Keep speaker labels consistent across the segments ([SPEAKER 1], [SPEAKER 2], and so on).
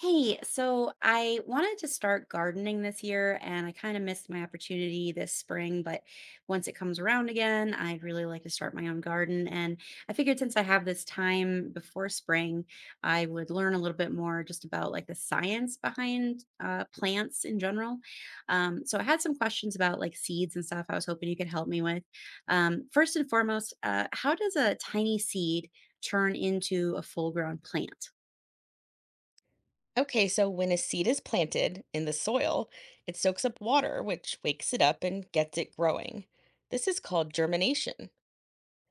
[SPEAKER 1] Hey, so I wanted to start gardening this year and I kind of missed my opportunity this spring, but once it comes around again, I'd really like to start my own garden. And I figured since I have this time before spring, I would learn a little bit more just about like the science behind plants in general. So I had some questions about like seeds and stuff I was hoping you could help me with. First and foremost, how does a tiny seed turn into a full grown plant?
[SPEAKER 2] Okay, so when a seed is planted in the soil, it soaks up water, which wakes it up and gets it growing. This is called germination.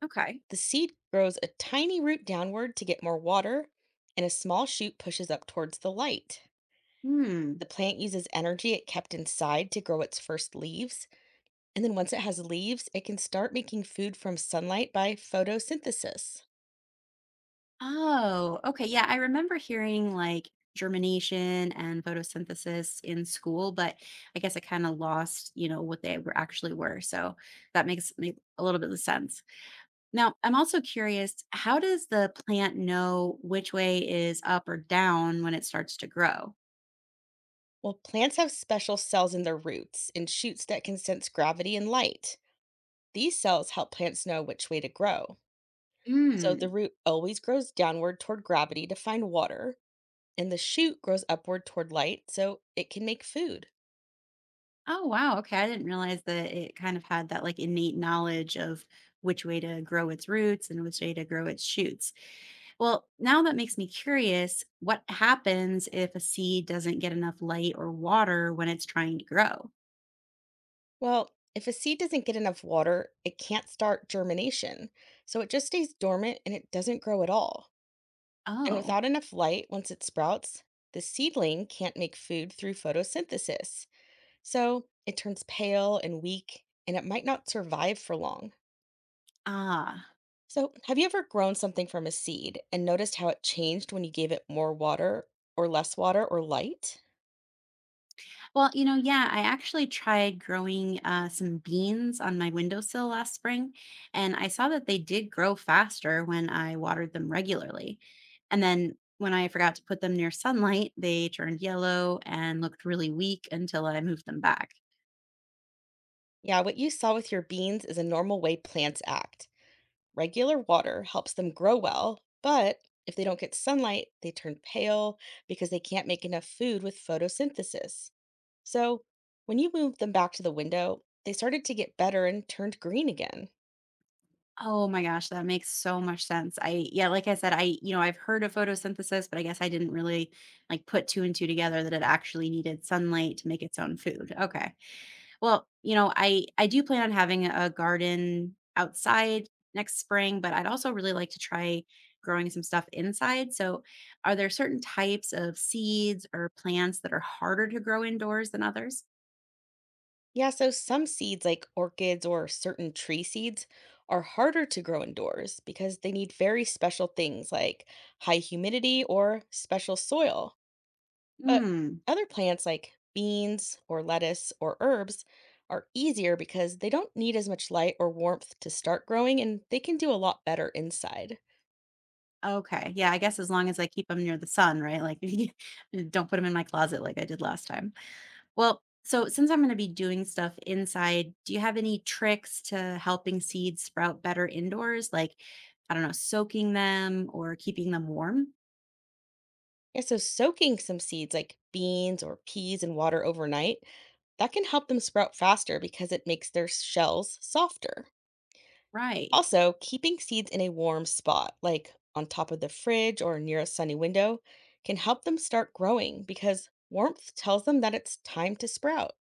[SPEAKER 1] Okay.
[SPEAKER 2] The seed grows a tiny root downward to get more water, and a small shoot pushes up towards the light.
[SPEAKER 1] Hmm.
[SPEAKER 2] The plant uses energy it kept inside to grow its first leaves, and then once it has leaves, it can start making food from sunlight by photosynthesis.
[SPEAKER 1] Oh, okay. Yeah, I remember hearing like germination and photosynthesis in school, but I guess I kind of lost what they were actually were. So that makes me a little bit of sense. Now, I'm also curious, how does the plant know which way is up or down when it starts to grow?
[SPEAKER 2] Well, plants have special cells in their roots and shoots that can sense gravity and light. These cells help plants know which way to grow. So the
[SPEAKER 1] Mm.
[SPEAKER 2] root always grows downward toward gravity to find water, and the shoot grows upward toward light so it can make food.
[SPEAKER 1] Oh, wow. Okay. I didn't realize that it kind of had that like innate knowledge of which way to grow its roots and which way to grow its shoots. Well, now that makes me curious what happens if a seed doesn't get enough light or water when it's trying to grow?
[SPEAKER 2] Well, if a seed doesn't get enough water, it can't start germination. So it just stays dormant and it doesn't grow at all. And
[SPEAKER 1] Oh,
[SPEAKER 2] without enough light, once it sprouts, the seedling can't make food through photosynthesis. So it turns pale and weak, and it might not survive for long.
[SPEAKER 1] ah.
[SPEAKER 2] So, have you ever grown something from a seed and noticed how it changed when you gave it more water or less water or light?
[SPEAKER 1] Well, you know, yeah, I actually tried growing some beans on my windowsill last spring, and I saw that they did grow faster when I watered them regularly. And then when I forgot to put them near sunlight, they turned yellow and looked really weak until I moved them back.
[SPEAKER 2] Yeah, what you saw with your beans is a normal way plants act. Regular water helps them grow well, but if they don't get sunlight, they turn pale because they can't make enough food with photosynthesis. So, when you moved them back to the window, they started to get better and turned green again.
[SPEAKER 1] Oh my gosh, that makes so much sense. I yeah, like I said, I I've heard of photosynthesis, but I guess I didn't really like put two and two together that it actually needed sunlight to make its own food. Okay. Well, you know, I do plan on having a garden outside next spring, but I'd also really like to try growing some stuff inside. So, are there certain types of seeds or plants that are harder to grow indoors than others?
[SPEAKER 2] Yeah, so some seeds like orchids or certain tree seeds are harder to grow indoors because they need very special things like high humidity or special soil. But
[SPEAKER 1] Hmm.
[SPEAKER 2] other plants like beans or lettuce or herbs are easier because they don't need as much light or warmth to start growing and they can do a lot better inside.
[SPEAKER 1] Okay. Yeah, I guess as long as I keep them near the sun, right? Like, don't put them in my closet like I did last time. Well, so since I'm going to be doing stuff inside, do you have any tricks to helping seeds sprout better indoors? Like, I don't know, soaking them or keeping them warm?
[SPEAKER 2] Yeah, so soaking some seeds like beans or peas in water overnight that can help them sprout faster because it makes their shells softer.
[SPEAKER 1] Right.
[SPEAKER 2] Also, keeping seeds in a warm spot, like on top of the fridge or near a sunny window, can help them start growing because warmth tells them that it's time to sprout.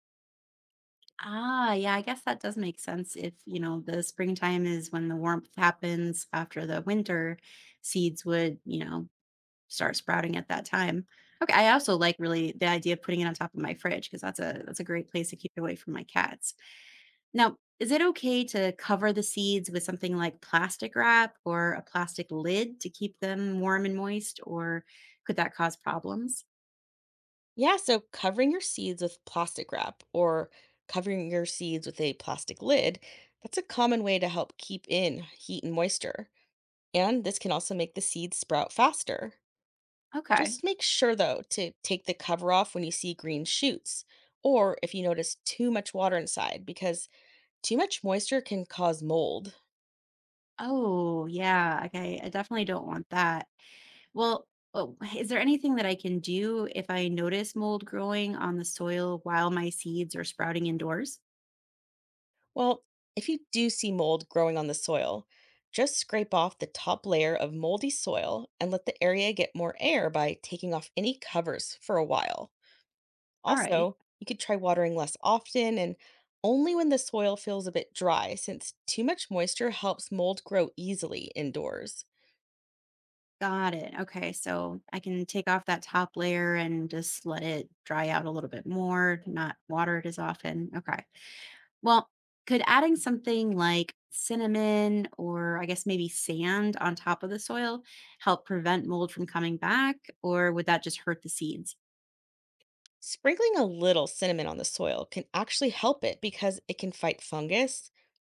[SPEAKER 1] Ah, yeah, I guess that does make sense if, you know, the springtime is when the warmth happens after the winter, seeds would start sprouting at that time. Okay, I also like really the idea of putting it on top of my fridge because that's a great place to keep it away from my cats. Now, is it okay to cover the seeds with something like plastic wrap or a plastic lid to keep them warm and moist, or could that cause problems?
[SPEAKER 2] Yeah, so covering your seeds with plastic wrap or covering your seeds with a plastic lid, that's a common way to help keep in heat and moisture. And this can also make the seeds sprout faster.
[SPEAKER 1] Okay.
[SPEAKER 2] Just make sure, though, to take the cover off when you see green shoots or if you notice too much water inside, because too much moisture can cause mold.
[SPEAKER 1] Oh, yeah. Okay. I definitely don't want that. Well, oh, is there anything that I can do if I notice mold growing on the soil while my seeds are sprouting indoors?
[SPEAKER 2] Well, if you do see mold growing on the soil, just scrape off the top layer of moldy soil and let the area get more air by taking off any covers for a while.
[SPEAKER 1] All right.
[SPEAKER 2] Also, you could try watering less often and only when the soil feels a bit dry, since too much moisture helps mold grow easily indoors.
[SPEAKER 1] Got it. Okay. So I can take off that top layer and just let it dry out a little bit more, not water it as often. Okay. Well, could adding something like cinnamon or I guess maybe sand on top of the soil help prevent mold from coming back? Or would that just hurt the seeds?
[SPEAKER 2] Sprinkling a little cinnamon on the soil can actually help it because it can fight fungus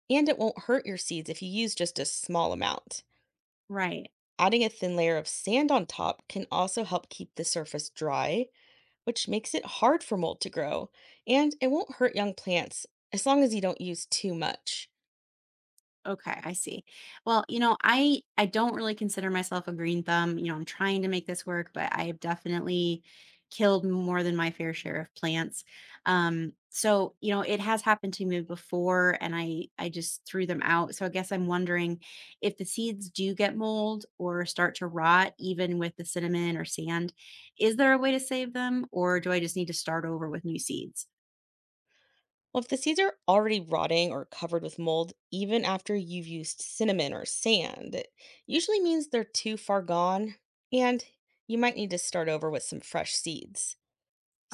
[SPEAKER 2] and it won't hurt your seeds if you use just a small amount.
[SPEAKER 1] Right.
[SPEAKER 2] Adding a thin layer of sand on top can also help keep the surface dry, which makes it hard for mold to grow, and it won't hurt young plants as long as you don't use too much.
[SPEAKER 1] Okay, I see. Well, you know, I don't really consider myself a green thumb. You know, I'm trying to make this work, but I have definitely killed more than my fair share of plants. So, you know, it has happened to me before and I just threw them out. So I guess I'm wondering if the seeds do get mold or start to rot even with the cinnamon or sand, is there a way to save them or do I just need to start over with new seeds?
[SPEAKER 2] Well, if the seeds are already rotting or covered with mold, even after you've used cinnamon or sand, it usually means they're too far gone and you might need to start over with some fresh seeds.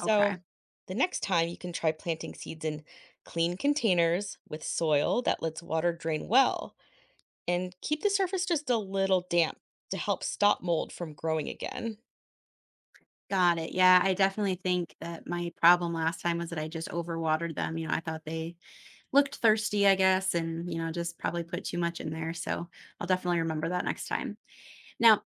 [SPEAKER 1] Okay.
[SPEAKER 2] the next time you can try planting seeds in clean containers with soil that lets water drain well and keep the surface just a little damp to help stop mold from growing again.
[SPEAKER 1] Got it. Yeah, I definitely think that my problem last time was that I just overwatered them. You know, I thought they looked thirsty, I guess, and, you know, just probably put too much in there. So I'll definitely remember that next time. Now,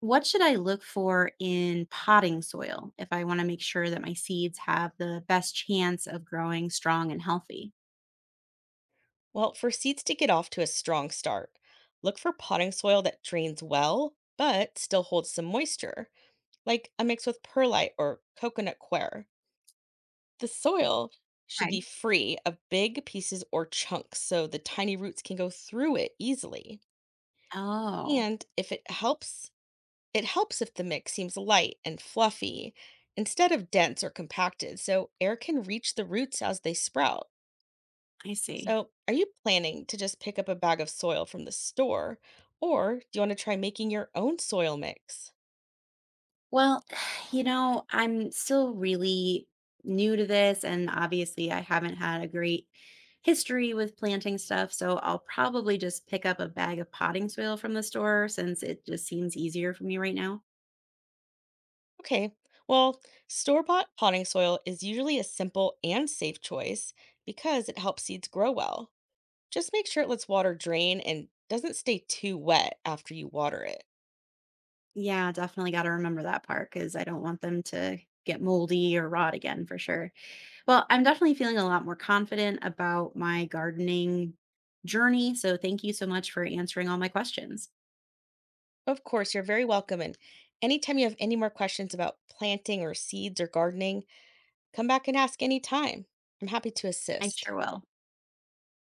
[SPEAKER 1] what should I look for in potting soil if I want to make sure that my seeds have the best chance of growing strong and healthy?
[SPEAKER 2] Well, for seeds to get off to a strong start, look for potting soil that drains well but still holds some moisture, like a mix with perlite or coconut coir. The soil should be
[SPEAKER 1] Okay.
[SPEAKER 2] free of big pieces or chunks so the tiny roots can go through it easily.
[SPEAKER 1] Oh,
[SPEAKER 2] And if it helps, it helps if the mix seems light and fluffy instead of dense or compacted so air can reach the roots as they sprout.
[SPEAKER 1] I see.
[SPEAKER 2] So, are you planning to just pick up a bag of soil from the store, or do you want to try making your own soil mix?
[SPEAKER 1] Well, you know, I'm still really new to this, and obviously, I haven't had a great history with planting stuff. So I'll probably just pick up a bag of potting soil from the store since it just seems easier for me right now.
[SPEAKER 2] Okay, well, store bought potting soil is usually a simple and safe choice because it helps seeds grow well. Just make sure it lets water drain and doesn't stay too wet after you water it.
[SPEAKER 1] Yeah, definitely got to remember that part because I don't want them to get moldy or rot again for sure. Well, I'm definitely feeling a lot more confident about my gardening journey. So thank you so much for answering all my questions.
[SPEAKER 2] Of course, you're very welcome. And anytime you have any more questions about planting or seeds or gardening, come back and ask anytime. I'm happy to
[SPEAKER 1] I
[SPEAKER 2] assist.
[SPEAKER 1] sure will.